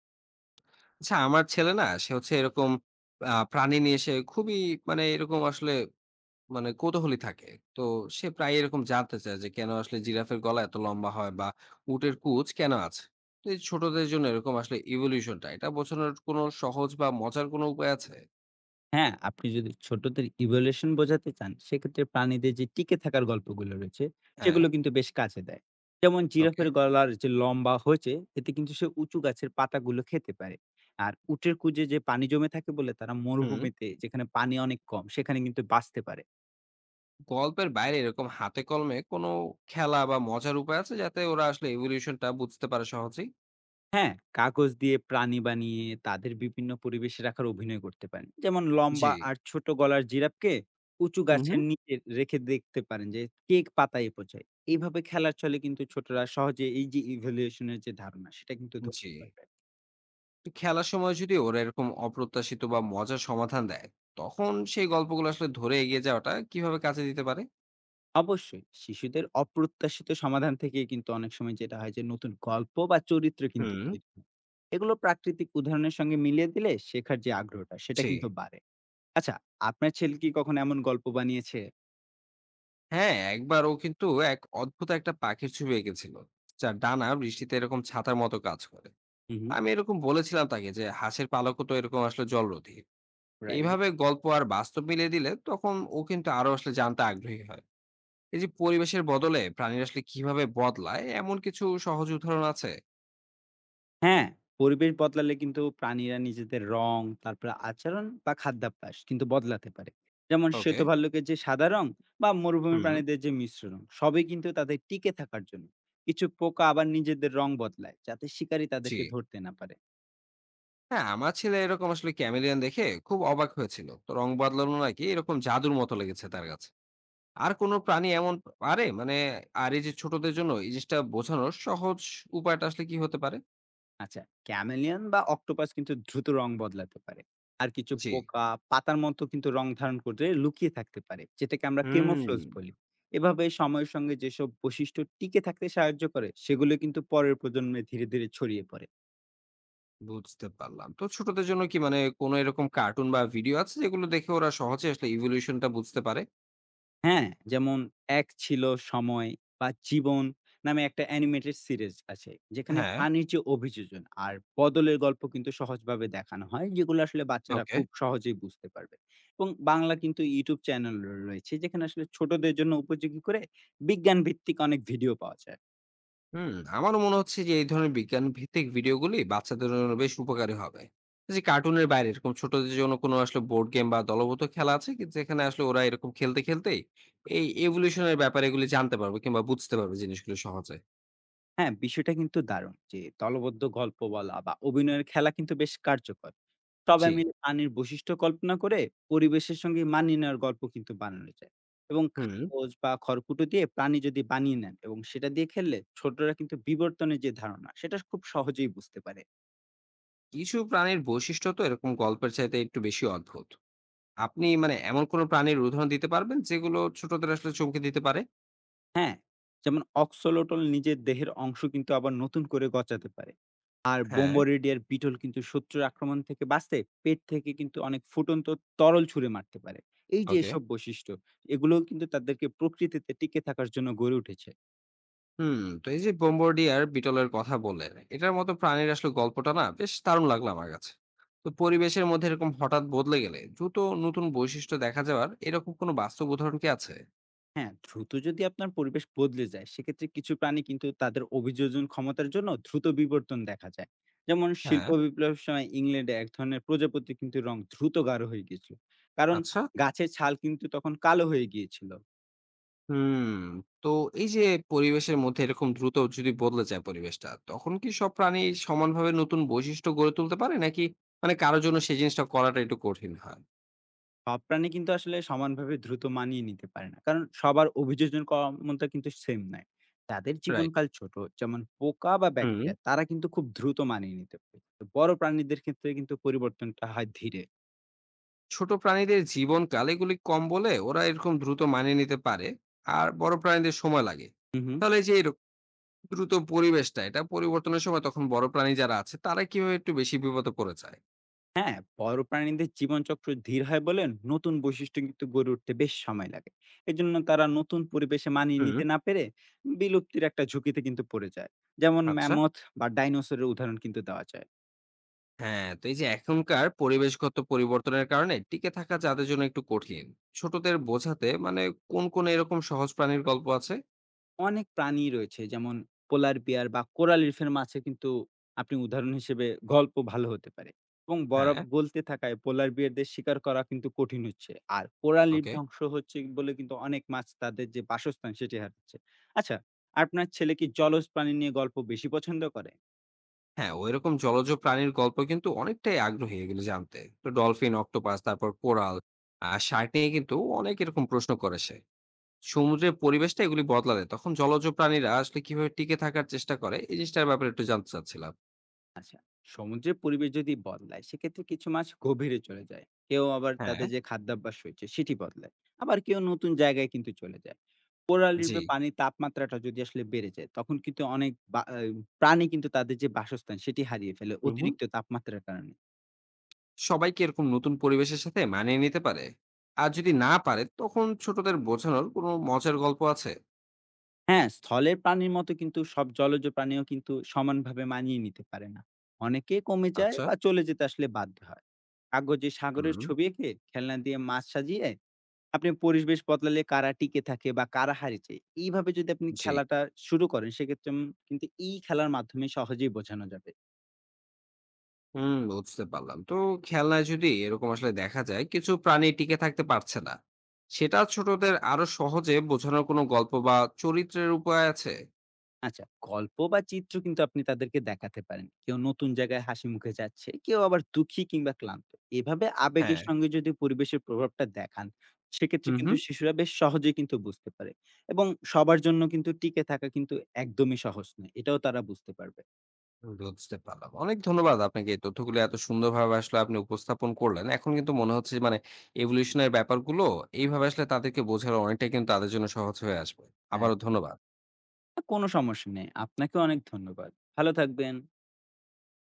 আচ্ছা, আমার ছেলে না সে হচ্ছে এরকম প্রাণী নিয়ে সে খুবই মানে এরকম আসলে মানে কৌতূহলী থাকে। তো সে প্রায় এরকম জানতে চায় যে কেন আসলে জিরাফের গলা এত লম্বা হয়, বা উটের কুচ কেন আছে। তো এই ছোটদের জন্য এরকম আসলে ইভলিউশনটা এটা বোঝানোর কোনো সহজ বা মজার কোনো উপায় আছে? হ্যাঁ, আপনি যদি ছোটদের ইভোলিউশন বোঝাতে চান, সেক্ষেত্রে প্রাণীদের যে টিকে থাকার গল্পগুলো রয়েছে, হ্যাঁ। সেগুলো কিন্তু বেশ কাজে দেয়। যেমন ওকে। জিরাফের গলার যে লম্বা হয়েছে, এতে কিন্তু সে উঁচু গাছের পাতাগুলো খেতে পারে। আর উটের কুঁজে যে পানি জমে থাকে বলে তারা হুম। মরুভূমিতে যেখানে পানি অনেক কম, সেখানে কিন্তু বাঁচতে পারে। গল্পের বাইরে এরকম হাতে কলমে কোনো খেলা বা মজার উপায় আছে যাতে ওরা আসলে ইভলিউশনটা বুঝতে পারে সহজেই? হ্যাঁ, কাগজ দিয়ে প্রাণী বানিয়ে তাদের বিভিন্ন পরিবেশে রাখার অভিনয় করতে পারেন। যেমন জি। লম্বা আর ছোট গলার জিরাফকে উঁচু হুম হুম। গাছের নিচে রেখে দেখতে পারেন যে কে পাতায় পৌঁছায়। এইভাবে খেলার ছলে কিন্তু ছোটরা সহজে এই যে ইভ্যালুয়েশন এর যে ধারণা সেটা কিন্তু জি। ধরতে পারবে। খেলার সময় যদি ওরা এরকম অপ্রত্যাশিত বা মজার সমাধান দেয়, তখন সেই গল্পগুলো আসলে ধরে এগিয়ে যাওয়াটা কিভাবে কাজে দিতে পারে? অবশ্যই শিশুদের অপ্রত্যাশিত সমাধান থেকে কিন্তু অনেক সময় যেটা হয় যে নতুন গল্প বা চরিত্র কিন্তু হুম। তৈরি হয়। এগুলো প্রাকৃতিক উদাহরণের সঙ্গে মিলিয়ে দিলে শেখার যে আগ্রহটা সেটা জি। কিন্তু বাড়ে। আচ্ছা, আপনার ছেলে কি কখনো এমন গল্প বানিয়েছে? হ্যাঁ, একবার ও কিন্তু এক অদ্ভুত একটা পাখির ছবি এঁকেছিল, যার ডানা বৃষ্টিতে এরকম ছাতার মতো কাজ করে। হু, হু। আমি এরকম বলেছিলাম তাকে যে হাঁসের পালকও তো এরকম আসলে জলরোধী। রাইট। এইভাবে গল্প আর বাস্তব মিলিয়ে দিলে তখন ও কিন্তু আরো আসলে জানতে আগ্রহী হয়। এই যে পরিবেশের বদলে প্রাণীরা আসলে কিভাবে বদলায়, এমন কিছু সহজ উদাহরণ আছে? হ্যাঁ, পরিবেশ বদলালে কিন্তু প্রাণীরা নিজেদের রং, তারপরে আচরণ বা খাদ্যাভ্যাস কিন্তু বদলাতে পারে। যেমন ওকে। শ্বেতভাল্লুকের যে সাদা রং বা মরুভূমির হুম। প্রাণীদের যে মিশ্র রং, সবই কিন্তু তাদের টিকে থাকার জন্য। কিছু পোকা আবার নিজেদের রং বদলায়, যাতে শিকারী জি। তাদেরকে ধরতে না পারে। হ্যাঁ, আমার ছেলে এরকম আসলে ক্যামেলিয়ান দেখে খুব অবাক হয়েছিল, তো রং বদলানো নাকি এরকম জাদুর মতো লেগেছে তার কাছে। আর কোনো প্রাণী এমন পারে মানে, আর এই যে ছোটদের জন্য এই জিনিসটা বোঝানোর সহজ উপায়টা আসলে কি হতে পারে? আচ্ছা, ক্যামেলিয়ন বা অক্টোপাস কিন্তু দ্রুত রং বদলাতে পারে। আর কিছু জি। পোকা পাতার মতো কিন্তু রং ধারণ করে লুকিয়ে থাকতে পারে, যেটাকে আমরা হুম। কেমোফ্লোজ বলি। এভাবে সময়ের সঙ্গে যেসব বৈশিষ্ট্য টিকে থাকতে সাহায্য করে, সেগুলো কিন্তু পরের প্রজন্মে ধীরে, ধীরে ছড়িয়ে পড়ে। বুঝতে পারলাম। তো ছোটদের জন্য কি মানে কোনো এরকম কার্টুন বা ভিডিও আছে যেগুলো দেখে ওরা সহজে আসলে ইভলিউশনটা বুঝতে পারে? হ্যাঁ, যেমন 'এক ছিল সময়' বা 'জীবন' নামে একটা অ্যানিমেটেড সিরিজ আছে। যেখানে হ্যাঁ। পানির যে অভিযোজন আর বদলের গল্প কিন্তু সহজভাবে দেখানো হয়, যেগুলো আসলে বাচ্চারা ওকে। খুব সহজেই বুঝতে পারবে। এবং বাংলা কিন্তু YouTube চ্যানেল র রয়েছে যেখানে আসলে ছোটদের জন্য উপযোগী করে বিজ্ঞান ভিত্তিক অনেক ভিডিও পাওয়া যায়। হুম। আমারও মনে হচ্ছে যে এই ধরনের বিজ্ঞান ভিত্তিক ভিডিওগুলি বাচ্চাদের জন্য বেশ উপকারী হবে। এই যে কার্টুনের বাইরে এরকম ছোটদের জন্য কোনো আসলে বোর্ড গেম বা দলগত খেলা আছে কি, যেখানে আসলে ওরা এরকম খেলতে খেলতে এই এভলিউশনের ব্যাপারে এগুলি জানতে পারবে কিংবা বুঝতে পারবে জিনিসগুলো সহজে? হ্যাঁ, বিষয়টা কিন্তু দারুণ যে দলবদ্ধ গল্প বলা বা অভিনয়ের খেলা কিন্তু বেশ কার্যকর। জি। সবাই মিলে পানির বৈশিষ্ট্য কল্পনা করে পরিবেশের সঙ্গে মানিয়ে নেওয়ার গল্প কিন্তু বানানো যায় এবং হুম। কাগজ বা খড়কুটো দিয়ে প্রাণী যদি বানিয়ে নেন এবং সেটা দিয়ে খেললে ছোটরা কিন্তু বিবর্তনের যে ধারণা সেটা খুব সহজেই বুঝতে পারে। কিছু প্রাণীর বৈশিষ্ট্য তো এরকম গল্পের চাইতে একটু বেশি অদ্ভুত। আপনি মানে এমন কোনো প্রাণীর উদাহরণ দিতে পারবেন যেগুলো ছোটদের আসলে চমকে দিতে পারে? হ্যাঁ, যেমন অক্সলোটল নিজের দেহের অংশ কিন্তু আবার নতুন করে গজাতে পারে। আর হ্যাঁ। বোম্বোরেডিয়ার বিটল কিন্তু শত্রুর আক্রমণ থেকে বাঁচতে পেট থেকে কিন্তু অনেক ফুটন্ত তরল ছুঁড়ে মারতে পারে। এই যে ওকে। এসব বৈশিষ্ট্য, এগুলোও কিন্তু তাদেরকে প্রকৃতিতে টিকে থাকার জন্য গড়ে উঠেছে। হুম। তো এই যে বোম্বার্ডিয়ার বিটলের কথা বললেন, এটার মতো প্রাণীর আসলে গল্পটা না বেশ দারুণ লাগলো আমার কাছে। তো পরিবেশের মধ্যে এরকম হঠাৎ বদলে গেলে দ্রুত নতুন বৈশিষ্ট্য দেখা যাওয়ার এরকম কোনো বাস্তব উদাহরণ কি আছে? হ্যাঁ, দ্রুত যদি আপনার পরিবেশ বদলে যায়, সেক্ষেত্রে কিছু প্রাণী কিন্তু তাদের অভিযোজন ক্ষমতার জন্য দ্রুত বিবর্তন দেখা যায়। যেমন শিল্প হ্যাঁ। বিপ্লবের সময় ইংল্যান্ডে এক ধরনের প্রজাপতির কিন্তু রং দ্রুত গাঢ় হয়ে গিয়েছিল। কারণ আচ্ছা। গাছের ছাল কিন্তু তখন কালো হয়ে গিয়েছিল। হুম। তো এই যে পরিবেশের মধ্যে এরকম দ্রুত যদি বদলে যায় পরিবেশটা, তখন কি সব প্রাণী সমানভাবে নতুন বৈশিষ্ট্য গড়ে তুলতে পারে, নাকি মানে কারোর জন্য সেই জিনিসটা করাটা একটু কঠিন হয়? সব প্রাণী কিন্তু আসলে সমানভাবে দ্রুত মানিয়ে নিতে পারে না, কারণ সবার অভিযোজন ক্ষমতা কিন্তু সেম নয়, তাদের রাইট। জীবনকাল ছোট, যেমন পোকা বা হুম। ব্যাকটেরিয়া তারা কিন্তু খুব দ্রুত মানিয়ে নিতে পারে, তো বড় প্রাণীদের ক্ষেত্রে কিন্তু পরিবর্তনটা হয় ধীরে। ছোট প্রাণীদের জীবনকাল এগুলি কম বলে ওরা এরকম দ্রুত মানিয়ে নিতে পারে, আর বড় প্রাণীদের সময় লাগে। হুম, হুম। তাহলে এই যে দ্রুত পরিবেশটা এটা পরিবর্তনের সময় তখন বড় প্রাণী যারা আছে তারা কিভাবে একটু বেশি বিপদে পড়ে যায়? হ্যাঁ, বড় প্রাণীদের জীবনচক্র ধীর হয় বলে নতুন বৈশিষ্ট্য কিন্তু গড়ে উঠতে বেশ সময় লাগে, এজন্য তারা নতুন পরিবেশে মানিয়ে হুম। নিতে না পেরে বিলুপ্তির একটা ঝুঁকিতে কিন্তু পড়ে যায়। যেমন আচ্ছা। ম্যামথ বা ডাইনোসরের উদাহরণ কিন্তু দেওয়া যায়। হ্যাঁ, তো এই যে এখনকার পরিবেশগত পরিবর্তনের কারণে টিকে থাকা যাদের জন্য একটু কঠিন, ছোটদের বোঝাতে মানে কোন কোন এরকম সহজ প্রাণীর গল্প আছে? অনেক প্রাণী রয়েছে, যেমন পোলার বিয়ার বা কোরাল রিফের মাছে কিন্তু আপনি উদাহরণ হিসেবে গল্প ভালো হতে পারে। এবং বরফ হ্যাঁ। গলতে থাকায় পোলার বিয়ারদের শিকার করা কিন্তু কঠিন হচ্ছে। আর কোরাল রিফ ওকে। ধ্বংস হচ্ছে বলে কিন্তু অনেক মাছ তাদের যে বাসস্থান সেটি হারাচ্ছে। আচ্ছা, আপনার ছেলে কি জলজ প্রাণী নিয়ে গল্প বেশি পছন্দ করে? হ্যাঁ, ওইরকম জলজ প্রাণীর গল্প কিন্তু অনেকটাই আগ্রহী এগুলো জানতে। তো ডলফিন, অক্টোপাস, তারপর কোরাল আর শার্ক নিয়ে কিন্তু অনেক এরকম প্রশ্ন করে সে। সমুদ্রের পরিবেশটা এগুলি বদলালে তখন জলজ প্রাণীরা আসলে কিভাবে টিকে থাকার চেষ্টা করে, এই জিনিসটার ব্যাপারে একটু জানতে চাচ্ছিলাম। আচ্ছা, সমুদ্রের পরিবেশ যদি বদলায় সেক্ষেত্রে কিছু মাছ গভীরে চলে যায়। কেউ আবার হ্যাঁ। তাদের যে খাদ্যাভ্যাস রয়েছে সেটি বদলায়। আবার কেউ নতুন জায়গায় কিন্তু চলে যায়। কোরাল জি। রিফে পানির তাপমাত্রাটা যদি আসলে বেড়ে যায় তখন কিন্তু অনেক বা আ প্রাণী কিন্তু তাদের যে বাসস্থান সেটি হারিয়ে ফেলে হুম, হুম। অতিরিক্ত তাপমাত্রার কারণে। সবাই কি এরকম নতুন পরিবেশের সাথে মানিয়ে নিতে পারে? আর যদি না পারে তখন ছোটদের বোঝানোর কোনো মজার গল্প আছে? হ্যাঁ, স্থলের প্রাণীর মতো কিন্তু সব জলজ প্রাণীও কিন্তু সমানভাবে মানিয়ে নিতে পারে না। অনেকে কমে যায় আচ্ছা। বা চলে যেতে আসলে বাধ্য হয়। কাগজে সাগরের হুম, ছবি এঁকে খেলনা দিয়ে মাছ সাজিয়ে আপনি পরিবেশ বদলালে কারা টিকে থাকে বা কারা হারে যায়, এইভাবে যদি আপনি জি। খেলাটা শুরু করেন সেক্ষেত্রে কিন্তু এই খেলার মাধ্যমে সহজেই বোঝানো যাবে। হুম, বুঝতে পারলাম। তো খেলনায় যদি এরকম আসলে দেখা যায় কিছু প্রাণী টিকে থাকতে পারছে না, সেটা ছোটদের আরো সহজে বোঝানোর কোনো গল্প বা চরিত্রের উপায় আছে? আচ্ছা, গল্প বা চিত্র কিন্তু আপনি তাদেরকে দেখাতে পারেন। কেউ নতুন জায়গায় হাসি মুখে যাচ্ছে, কেউ আবার দুঃখী কিংবা ক্লান্ত। এভাবে আবেগের হ্যাঁ। সঙ্গে যদি পরিবেশের প্রভাবটা দেখান, সেক্ষেত্রে হুম কিন্তু হুম। শিশুরা বেশ সহজেই কিন্তু বুঝতে পারে। এবং সবার জন্য কিন্তু টিকে থাকা কিন্তু একদমই সহজ নয়। এটাও তারা বুঝতে পারবে। বুঝতে পারলাম, অনেক ধন্যবাদ আপনাকে। এই তথ্যগুলো এত সুন্দরভাবে আসলে আপনি উপস্থাপন করলেন, এখন কিন্তু মনে হচ্ছে যে মানে এভলিউশনের ব্যাপারগুলো এইভাবে আসলে তাদেরকে বোঝানো অনেকটা কিন্তু তাদের জন্য সহজ হয়ে আসবে। আবারও একদম। ধন্যবাদ। কোনো সমস্যা নেই। আপনাকেও অনেক ধন্যবাদ। ভালো থাকবেন।